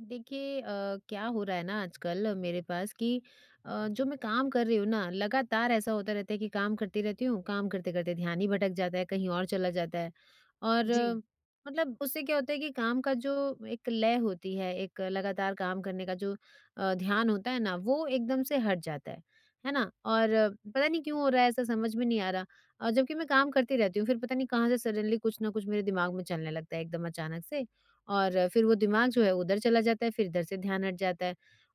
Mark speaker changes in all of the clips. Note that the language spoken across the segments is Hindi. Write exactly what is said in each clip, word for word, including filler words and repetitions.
Speaker 1: देखिए अ, क्या हो रहा है ना आजकल मेरे पास कि अ, जो मैं काम कर रही हूँ ना, लगातार ऐसा होता रहता है कि काम करती रहती हूँ, काम करते करते ध्यान ही भटक जाता है, कहीं और चला जाता है। और
Speaker 2: जी।
Speaker 1: अ, मतलब उससे क्या होता है कि काम का जो एक लय होती है, एक लगातार काम करने का जो अ, ध्यान होता है ना, वो एकदम से हट जाता है। है ना? और अ, पता नहीं क्यों हो रहा है ऐसा, समझ में नहीं आ रहा। और जबकि मैं काम करती रहती हूँ, फिर पता नहीं कहाँ से सडनली कुछ ना कुछ मेरे दिमाग में चलने लगता है, एकदम अचानक से। और फिर वो दिमाग जो है उधर चला जाता है, फिर इधर से ध्यान हट जाता है।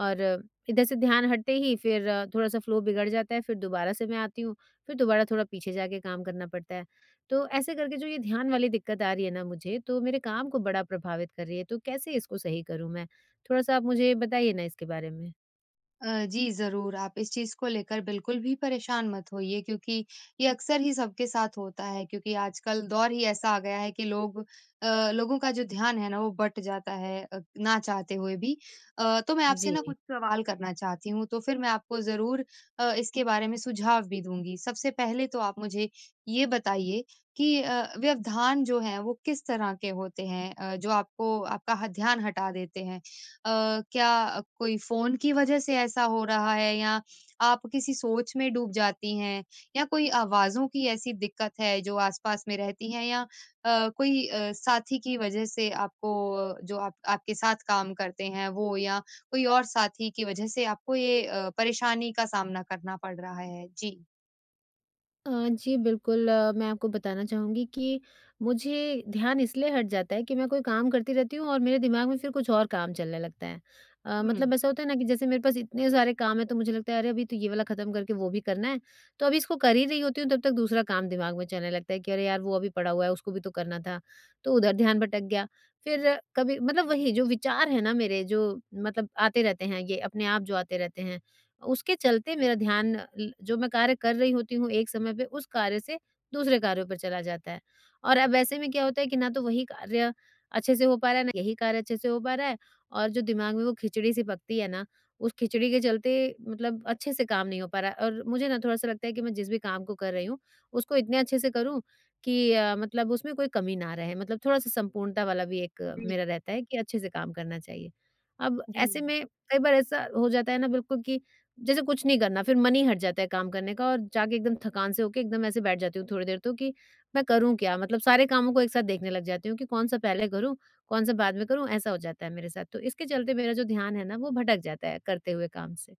Speaker 1: और इधर से ध्यान हटते ही फिर थोड़ा-सा फ्लो बिगड़ जाता है, फिर दोबारा से मैं आती हूँ, फिर दोबारा थोड़ा पीछे जाके काम करना पड़ता है। तो ऐसे करके जो ये ध्यान वाली दिक्कत आ रही है ना मुझे, तो मेरे काम को बड़ा प्रभावित कर रही है, तो कैसे इसको सही करूँ मैं? थोड़ा-सा आप मुझे बताइए ना इसके बारे में।
Speaker 2: अ, जी, ज़रूर, आप इस चीज़ को लेकर बिल्कुल भी परेशान मत होइए क्योंकि ये अक्सर ही सबके साथ होता है क्योंकि आजकल दौर ही ऐसा आ गया है कि लोग अ, लोगों का जो ध्यान है ना, वो बँट जाता है अ, ना चाहते हुए भी। अ, तो मैं आपसे
Speaker 1: जी।
Speaker 2: ना कुछ सवाल करना चाहती हूँ, तो फिर मैं आपको ज़रूर अ, इसके बारे में सुझाव भी दूँगी। सबसे पहले तो आप मुझे ये बताइए कि अ, व्यवधान जो हैं, वो किस तरह के होते हैं अ, जो आपको आपका ह ध्यान हटा देते हैं? अ, क्या कोई फ़ोन की वज़ह से ऐसा हो रहा है या आप किसी सोच में डूब जाती हैं या कोई आवाज़ों की ऐसी दिक्कत है जो आस-पास में रहती हैं या अ, कोई अ, साथी की वज़ह से आपको अ, जो आप आपके साथ काम करते हैं वो या कोई और साथी की वज़ह से आपको ये अ, परेशानी का सामना करना पड़ रहा है? जी।
Speaker 1: अ, जी बिल्कुल। अ, मैं आपको बताना चाहूँगी कि मुझे ध्यान इसलिए हट जाता है कि मैं कोई काम करती रहती हूँ और मेरे दिमाग में फिर कुछ और काम चलने लगता है। अ,
Speaker 2: हुँ।
Speaker 1: मतलब ऐसा होता है ना कि जैसे मेरे पास इतने सारे काम हैं, तो मुझे लगता है अरे अभी तो ये वाला ख़त्म करके वो भी करना है। तो अभी इसको कर ही रही होती हूँ, तब तक दूसरा काम दिमाग में चलने लगता है कि अरे यार वो अभी पड़ा हुआ है, उसको भी तो करना था। तो उधर ध्यान भटक गया। फिर अ, कभी मतलब वही जो विचार है ना मेरे, जो मतलब आते रहते हैं, ये अपने आप जो आते रहते हैं, उसके चलते मेरा ध्यान ल जो मैं कार्य कर रही होती हूँ एक समय पे, उस कार्य से दूसरे कार्यों पर चला जाता है। और अब ऐसे में क्या होता है कि ना तो वही कार्य अच्छे से हो पा रहा है, ना यही कार्य अच्छे से हो पा रहा है, और जो दिमाग में वो खिचड़ी सी पकती है ना, उस खिचड़ी के चलते मतलब अच्छे से काम नहीं हो पा रहा है। और मुझे ना थोड़ा-सा लगता है कि मैं जिस भी काम को कर रही हूँ, उसको इतने अच्छे से करूँ कि अ, मतलब उसमें कोई कमी ना रहे। मतलब थोड़ा-सा संपूर्णता वाला भी एक अ,
Speaker 2: जी,
Speaker 1: मेरा रहता है कि अच्छे से काम करना चाहिए। अब
Speaker 2: जी।
Speaker 1: ऐसे में कई बार ऐसा हो जाता है ना बिल्कुल कि जैसे कुछ नहीं करना, फिर मन ही हट जाता है काम करने का, और जाके एकदम थकान से होके एकदम ऐसे बैठ जाती हूँ थोड़ी देर, तो कि मैं करूँ क्या? मतलब सारे कामों को एक साथ देखने लग जाती हूँ कि कौन-सा पहले करूँ, कौन-सा बाद में करूँ, ऐसा हो जाता है मेरे साथ। तो इसके चलते मेरा जो ध्यान है ना, वो भटक जाता है करते हुए काम से।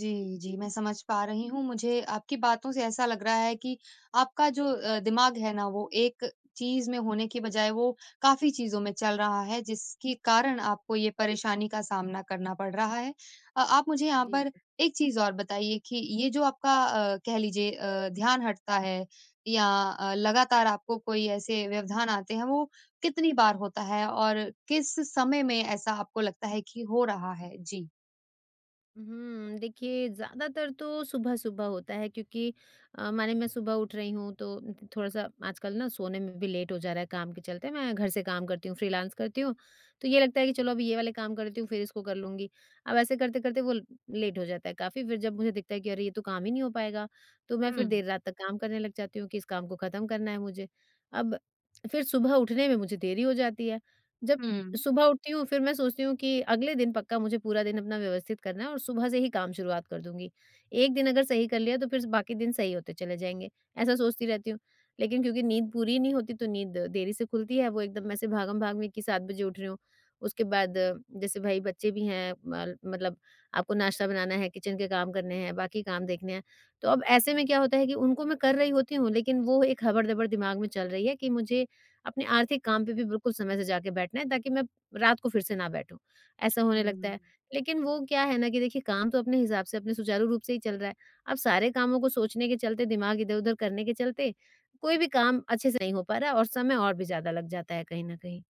Speaker 2: जी, जी, मैं समझ पा रही हूँ। मुझे आपकी बातों से ऐसा लग रहा है कि आपका जो अ, दिमाग है ना वो एक चीज़ में होने की बजाय वो काफ़ी चीज़ों में चल रहा है जिसके कारण आपको ये परेशानी का सामना करना पड़ रहा है। अ, आप मुझे यहाँ
Speaker 1: जी।
Speaker 2: पर एक चीज़ और बताइए कि ये जो आपका अ, कह लीजिए अ, ध्यान हटता है या अ, लगातार आपको कोई ऐसे व्यवधान आते हैं वो कितनी बार होता है और किस समय में ऐसा आपको लगता है कि हो रहा है? जी।
Speaker 1: हुँ, देखिए ज़्यादातर तो सुबह-सुबह होता है, क्योंकि अ, माने मैं सुबह उठ रही हूँ तो थोड़ा-सा आजकल ना सोने में भी लेट हो जा रहा है काम के चलते। मैं घर से काम करती हूँ, फ्रीलांस करती हूँ, तो ये लगता है कि चलो अभी ये वाले काम कर लेती हूँ, फिर इसको कर लूँगी। अब ऐसे करते-करते वो लेट हो जाता है काफ़ी, फिर जब मुझे दिखता है कि अरे! ये तो काम ही नहीं हो पाएगा, तो मैं फिर
Speaker 2: हुँ,
Speaker 1: देर रात तक काम करने लग जाती हूँ कि इस काम को ख़त्म करना है मुझे। अब फिर सुबह उठने में मुझे देरी हो जाती है। जब
Speaker 2: हुँ।
Speaker 1: सुबह उठती हूँ, फिर मैं सोचती हूँ कि अगले दिन पक्का मुझे पूरा दिन अपना व्यवस्थित करना है और सुबह से ही काम शुरुआत कर दूँगी। एक दिन अगर सही कर लिया तो फिर बाकी दिन सही होते चले जाएँगे, ऐसा सोचती रहती हूँ। लेकिन क्योंकि नींद पूरी नहीं होती, तो नींद देरी से खुलती है, वो एकदम ऐसे भागम-भाग में कि सात बजे उठ रही हूँ। उसके बाद अ, जैसे भाई बच्चे भी हैं, मल मतलब आपको नाश्ता बनाना है, किचन के काम करने हैं, बाकी काम देखने हैं। तो अब ऐसे में क्या होता है कि उनको मैं कर रही होती हूँ, लेकिन वो एक हबड़-दबड़ दिमाग में चल रही है कि मुझे अपने आर्थिक काम पे भी बिल्कुल समय से जाके बैठना है, ताकि मैं रात को फिर से ना बैठूँ, ऐसा
Speaker 2: हुँ।
Speaker 1: होने लगता है। लेकिन वो क्या है ना कि देखिए काम तो अपने हिसाब से, अपने सुचारू रूप से ही चल रहा है। अब सारे कामों को सोचने के चलते, दिमाग इधर-उधर करने के चलते, कोई भी काम अच्छे से नहीं हो पा रहा है और समय और भी ज़्यादा लग जाता है कहीं न कहीं।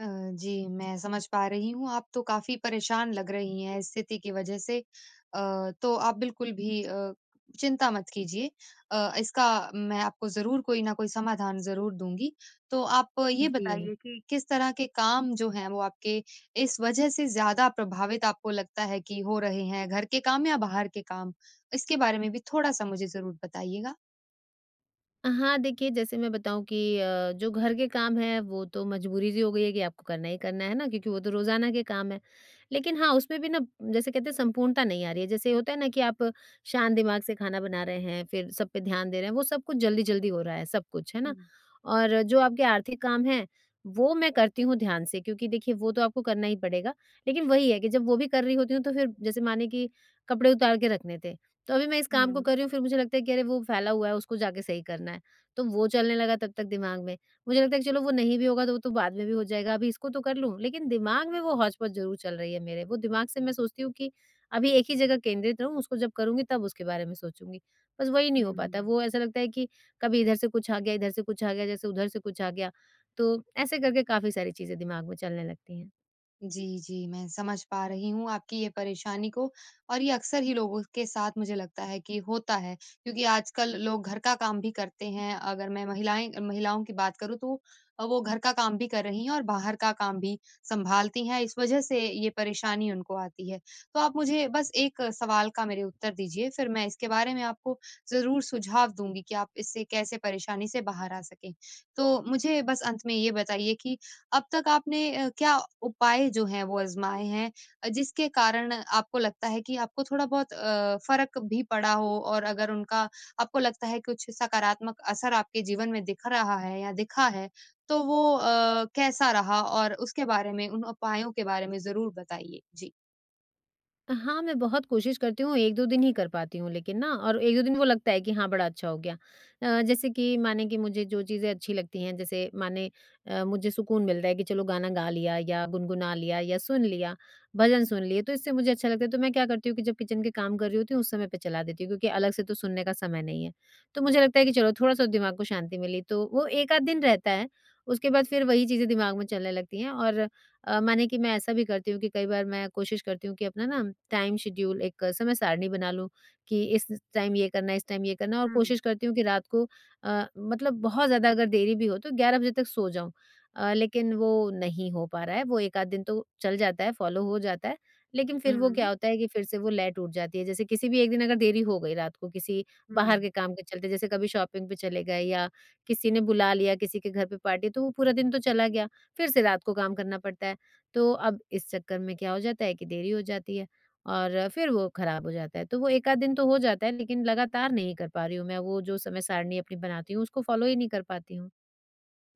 Speaker 2: अ, जी, मैं समझ पा रही हूँ, आप तो काफ़ी परेशान लग रही हैं इस स्थिति की वजह से। अ, तो आप बिल्कुल भी अ, चिंता मत कीजिए। अ, इसका मैं आपको ज़रूर कोई ना कोई समाधान ज़रूर दूँगी। तो आप ये
Speaker 1: जी।
Speaker 2: बताइए कि किस तरह के काम जो हैं वो आपके इस वजह से ज़्यादा प्रभावित आपको लगता है कि हो रहे हैं, घर के काम या बाहर के काम? इसके बारे में भी थोड़ा-सा मुझे ज़रूर बताइएगा।
Speaker 1: हाँ, देखिए जैसे मैं बताऊँ कि अ, जो घर के काम हैं वो तो मजबूरी सी हो गई है कि आपको करना ही करना है ना, क्योंकि वो तो रोज़ाना के काम हैं। लेकिन हाँ, उसमें भी ना जैसे कहते हैं संपूर्णता नहीं आ रही है। जैसे होता है ना कि आप शांत दिमाग से खाना बना रहे हैं, फिर सब पे ध्यान दे रहे हैं, वो सब कुछ
Speaker 2: हुँ,
Speaker 1: जल्दी-जल्दी हो रहा है सब कुछ, है
Speaker 2: हुँ,
Speaker 1: ना? और जो आपके आर्थिक काम हैं, वो मैं करती हूँ ध्यान से, क्योंकि देखिए वो तो आपको करना ही पड़ेगा। लेकिन वही है कि जब वो भी कर रही होती हूँ, तो फिर जैसे मानिए कि कपड़े उतार के रखने थे, तो अभी मैं इस काम को कर
Speaker 2: हुँ,
Speaker 1: रही हूँ, फिर मुझे लगता है कि अरे वो फैला हुआ है, उसको जाके सही करना है। तो वो चलने लगा तब तक दिमाग में। मुझे लगता है कि चलो वो नहीं भी होगा तो वो तो बाद में भी हो जाएगा, अभी इसको तो कर लूँ। लेकिन दिमाग में वो हौच-पौच ज़रूर चल रही है मेरे। वो दिमाग से मैं सोचती हूँ कि अभी एक ही जगह केंद्रित रहूँ, उसको जब करूँगी तब उसके बारे में सोचूँगी। बस वही नहीं हो पाता।
Speaker 2: हुँ।
Speaker 1: वो ऐसा लगता है कि कभी इधर से कुछ आ गया, इधर से कुछ आ गया, जैसे उधर से कुछ आ गया। तो ऐसे करके काफ़ी सारी चीज़ें दिमाग में चलने लगती हैं।
Speaker 2: जी, जी, मैं समझ पा रही हूँ आपकी ये परेशानी को और ये अक्सर ही लोगों के साथ मुझे लगता है कि होता है, क्योंकि आजकल लोग घर का काम भी करते हैं। अगर मैं महिलाएँ महिलाओं की बात करूँ तो अ, वो घर का काम भी कर रही हैं और बाहर का काम भी सँभालती हैं, इस वज़ह से ये परेशानी उनको आती है। तो आप मुझे बस एक सवाल का मेरे उत्तर दीजिए, फिर मैं इसके बारे में आपको ज़रूर सुझाव दूँगी कि आप इससे कैसे परेशानी से बाहर आ सकें। तो मुझे बस अंत में ये बताइए कि अब तक आपने अ, क्या उपाय जो हैं वो आज़माए हैं अ, जिसके कारण आपको लगता है कि आपको थोड़ा बहुत अ, फ़र्क भी पड़ा हो और अगर उनका आपको लगता है कुछ सकारात्मक असर आपके जीवन में दिख रहा है या दिखा है, तो वो अ, कैसा रहा और उसके बारे में, उन उपायों के बारे में ज़रूर बताइए? जी।
Speaker 1: हाँ, मैं बहुत कोशिश करती हूँ, एक-दो दिन ही कर पाती हूँ लेकिन ना, और एक-दो दिन वो लगता है कि हाँ, बड़ा अच्छा हो गया। अ, जैसे कि माने कि मुझे जो चीज़ें अच्छी लगती हैं, जैसे माने अ, मुझे सुकून मिलता है कि चलो गाना गा लिया या गुनगुना लिया या सुन लिया, भजन सुन लिए, तो इससे मुझे अच्छा लगता है। तो मैं क्या करती हूँ कि जब किचन के काम कर रही होती हूँ, उस समय पे चला देती हूँ क्योंकि अलग से तो सुनने का समय नहीं है। तो मुझे लगता है कि चलो थोड़ा-सा दिमाग को शांति मिली, तो वो एक आध दिन रहता है, उसके बाद फिर वही चीज़ें दिमाग में चलने लगती हैं। और अ, माने कि मैं ऐसा भी करती हूँ कि कई बार मैं कोशिश करती हूँ कि अपना ना टाइम शेड्यूल, एक समय सारणी बना लूँ कि इस टाइम ये करना है, इस टाइम ये करना है, और
Speaker 2: हुँ,
Speaker 1: कोशिश करती हूँ कि रात को अ, मतलब बहुत ज़्यादा अगर देरी भी हो तो ग्यारह बजे तक सो जाऊँ। अ, लेकिन वो नहीं हो पा रहा है, वो एक आध दिन तो चल जाता है, फॉलो हो जाता है, लेकिन फिर वो क्या
Speaker 2: हुँ,
Speaker 1: होता है कि फिर से वो लय टूट जाती है। जैसे किसी भी एक दिन अगर देरी हो गई रात को किसी
Speaker 2: हुँ।
Speaker 1: बाहर के काम के चलते, जैसे कभी शॉपिंग पे चले गए या किसी ने बुला लिया, किसी के घर पे पार्टी, तो वो पूरा दिन तो चला गया, फिर से रात को काम करना पड़ता है। तो अब इस चक्कर में क्या हो जाता है कि देरी हो जाती है और फिर वो खराब हो जाता है। तो वो एक आध दिन तो हो जाता है, लेकिन लगातार नहीं कर पा रही हूँ मैं। वो जो समय सारणी अपनी बनाती हूँ उसको फ़ॉलो ही नहीं कर पाती हूँ।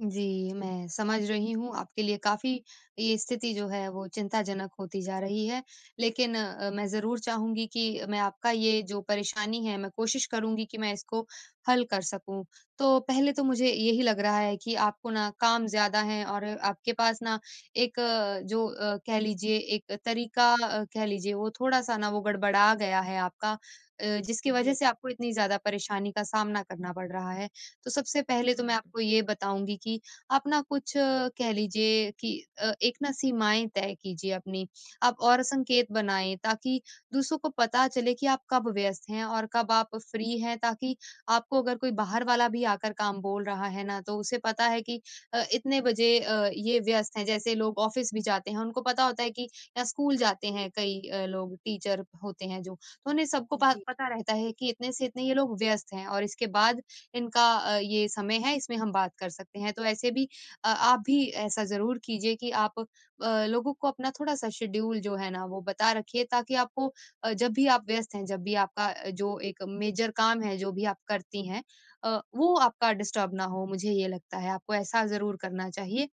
Speaker 2: जी, मैं समझ रही हूँ, आपके लिए काफ़ी ये स्थिति जो है वो चिंताजनक होती जा रही है। लेकिन अ, मैं ज़रूर चाहूँगी कि मैं आपका ये जो परेशानी है, मैं कोशिश करूँगी कि मैं इसको हल कर सकूँ। तो पहले तो मुझे यही लग रहा है कि आपको ना काम ज़्यादा है और आपके पास ना एक अ, जो अ, कह लीजिए एक तरीका अ, कह लीजिए वो थोड़ा-सा ना वो गड़बड़ा गया है आपका अ, जिसकी वज़ह
Speaker 1: जी।
Speaker 2: से आपको इतनी ज़्यादा परेशानी का सामना करना पड़ रहा है। तो सबसे पहले तो मैं
Speaker 1: हुँ।
Speaker 2: आपको ये बताऊँगी कि आप ना कुछ अ, कह लीजिए कि अ, एक ना सीमाएँ तय कीजिए अपनी। आप और संकेत बनाएँ ताकि दूसरों को पता चले कि आप कब व्यस्त हैं और कब आप फ्री हैं ताकि आपको अगर कोई बाहर वाला भी आकर काम बोल रहा है ना, तो उसे पता है कि अ, इतने बजे अ, ये व्यस्त हैं। जैसे लोग ऑफ़िस भी जाते हैं, उनको पता होता है कि या स्कूल जाते हैं कई अ, लोग टीचर होते हैं जो, तो उन्हें सबको प
Speaker 1: जी,
Speaker 2: पता रहता है कि इतने से इतने ये लोग व्यस्त हैं और इसके बाद इनका अ, ये समय है इसमें हम बात कर सकते हैं। तो ऐसे भी अ, आप भी ऐसा ज़रूर कीजिए कि आप अ, लोगों को अपना थोड़ा-सा शेड्यूल जो है ना वो बता रखिए ताकि आपको अ, जब भी आप व्यस्त हैं, जब भी आपका अ, जो एक मेजर काम है, जो भी आप करती हैं अ, वो आपका डिस्टर्ब ना हो मुझे ये लगता है। आपको ऐसा ज़रूर करना चाहिए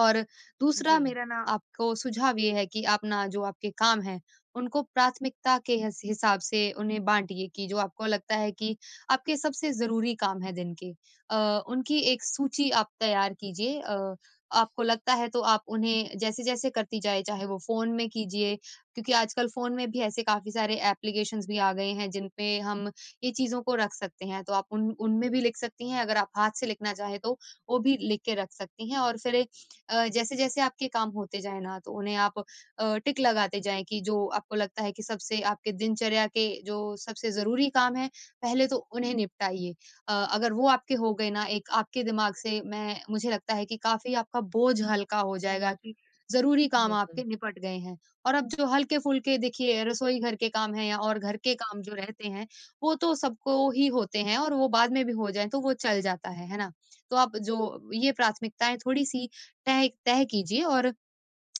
Speaker 2: और दूसरा
Speaker 1: जी।
Speaker 2: मेरा ना आपको सुझाव ये है कि आप ना जो आपके काम हैं, उनको प्राथमिकता के हिस हिसाब से उन्हें बाँटिए कि जो आपको लगता है कि आपके सबसे ज़रूरी काम हैं दिन के। अ, उनकी एक सूची आप तैयार कीजिए अ, आपको लगता है तो आप उन्हें जैसे-जैसे करती जाएँ, चाहे वो फ़ोन में कीजिए क्योंकि आजकल फ़ोन में भी ऐसे काफ़ी सारे एप्लीकेशंस भी आ गए हैं, जिन पे हम ये चीज़ों को रख सकते हैं। तो आप उन उनमें भी लिख सकती हैं, अगर आप हाथ से लिखना चाहें तो, वो भी लिख के रख सकती हैं और फिर अ, जैसे-जैसे आपके काम होते जाएँ ना तो उन्हें आप अ, टिक लगाते जाएँ कि जो आपको लगता है कि सबसे आपके दिनचर्या के जो सबसे ज़रूरी काम हैं, पहले तो उन्हें निपटाइए। अ, अगर वो आपके हो गए ना एक आपके दिमाग से मैं मुझे लगता है कि काफ़ी आपका बोझ हल्का हो जाएगा
Speaker 1: हुँ,
Speaker 2: कि ज़रूरी काम आपके
Speaker 1: बिल्कुल।
Speaker 2: निपट गए हैं। और अब जो हल्के-फुल्के देखिए रसोई घर के काम हैं या और घर के काम जो रहते हैं, वो तो सबको ही होते हैं और वो बाद में भी हो जाएँ तो वो चल जाता है, है ना? तो आप जो ये प्राथमिकताएँ थोड़ी-सी तय तय कीजिए और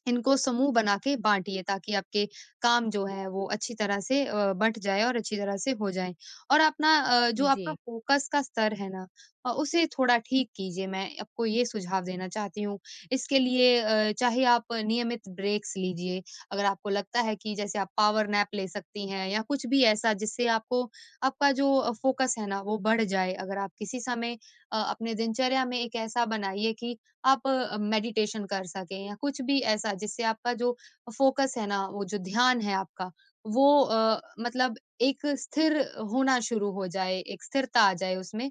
Speaker 2: इनको समूह बना के बाँटिए ताकि आपके काम जो है वो अच्छी तरह से अ, बँट जाए और अच्छी तरह से हो जाए। और अपना अ, जो आपका
Speaker 1: जी,
Speaker 2: फ़ोकस का स्तर है ना अ, उसे थोड़ा ठीक कीजिए, मैं आपको ये सुझाव देना चाहती हूँ। इसके लिए अ, चाहे आप नियमित ब्रेक्स लीजिए, अगर आपको लगता है कि जैसे आप पावर नैप ले सकती हैं या कुछ भी ऐसा जिससे आपको आपका जो अ, फ़ोकस है ना वो बढ़ जाए। अगर आप किसी समय अ, अपने दिनचर्या में एक ऐसा बनाइए कि आप अ, मेडिटेशन कर सकें या कुछ भी ऐसा जिससे आपका जो फोकस है ना, वो जो ध्यान है आपका वो अ, मतलब एक स्थिर होना शुरू हो जाए, एक स्थिरता आ जाए उसमें।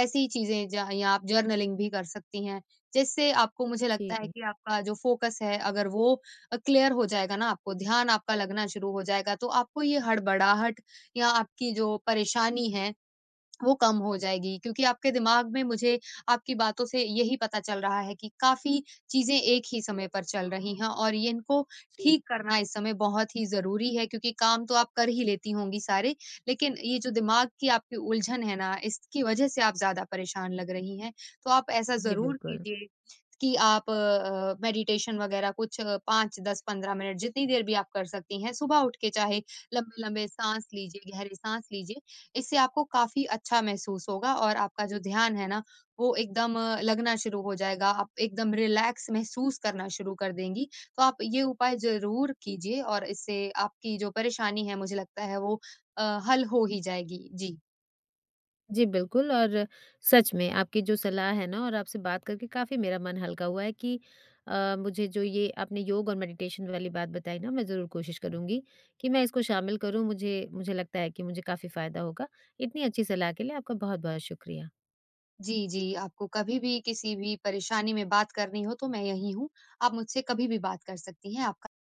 Speaker 2: ऐसी चीज़ें ज या आप जर्नलिंग भी कर सकती हैं, जिससे आपको मुझे लगता
Speaker 1: जी,
Speaker 2: है कि आपका जो फोकस है अगर वो अ, क्लियर हो जाएगा ना आपको, ध्यान आपका लगना शुरू हो जाएगा, तो आपको ये हड़बड़ाहट या आपकी जो परेशानी है वो कम हो जाएगी क्योंकि आपके दिमाग में मुझे आपकी बातों से यही पता चल रहा है कि काफ़ी चीज़ें एक ही समय पर चल रही हैं और ये इनको
Speaker 1: जी।
Speaker 2: ठीक करना इस समय बहुत ही ज़रूरी है क्योंकि काम तो आप कर ही लेती होंगी सारे, लेकिन ये जो दिमाग की आपकी उलझन है ना, इसकी वजह से आप ज़्यादा परेशान लग रही हैं। तो आप ऐसा
Speaker 1: जी,
Speaker 2: ज़रूर
Speaker 1: बिल्कुल।
Speaker 2: कीजिए कि आप अ, मेडिटेशन वगैरह कुछ पाँच, दस, पंद्रह मिनट जितनी देर भी आप कर सकती हैं, सुबह उठ के चाहे लंबे-लंबे साँस लीजिए, गहरी साँस लीजिए इससे आपको काफ़ी अच्छा महसूस होगा और आपका जो ध्यान है ना, वो एकदम अ, लगना शुरू हो जाएगा, आप एकदम रिलैक्स महसूस करना शुरू कर देंगी। तो आप ये उपाय ज़रूर कीजिए और इससे आपकी जो परेशानी है, मुझे लगता है वो अ, हल हो ही जाएगी। जी।
Speaker 1: जी, बिल्कुल। और सच में आपकी जो सलाह है ना, और आपसे बात करके काफ़ी मेरा मन हल्का हुआ है कि अ, मुझे जो ये आपने योग और मेडिटेशन वाली बात बताई ना, मैं ज़रूर कोशिश करूँगी कि मैं इसको शामिल करूँ। मुझे मुझे लगता है कि मुझे काफ़ी फ़ायदा होगा। इतनी अच्छी सलाह के लिए आपका बहुत-बहुत शुक्रिया।
Speaker 2: जी, जी, आपको कभी भी किसी भी परेशानी में बात करनी हो तो मैं यहीं हूँ। आप मुझसे कभी भी बात कर सकती हैं। आपका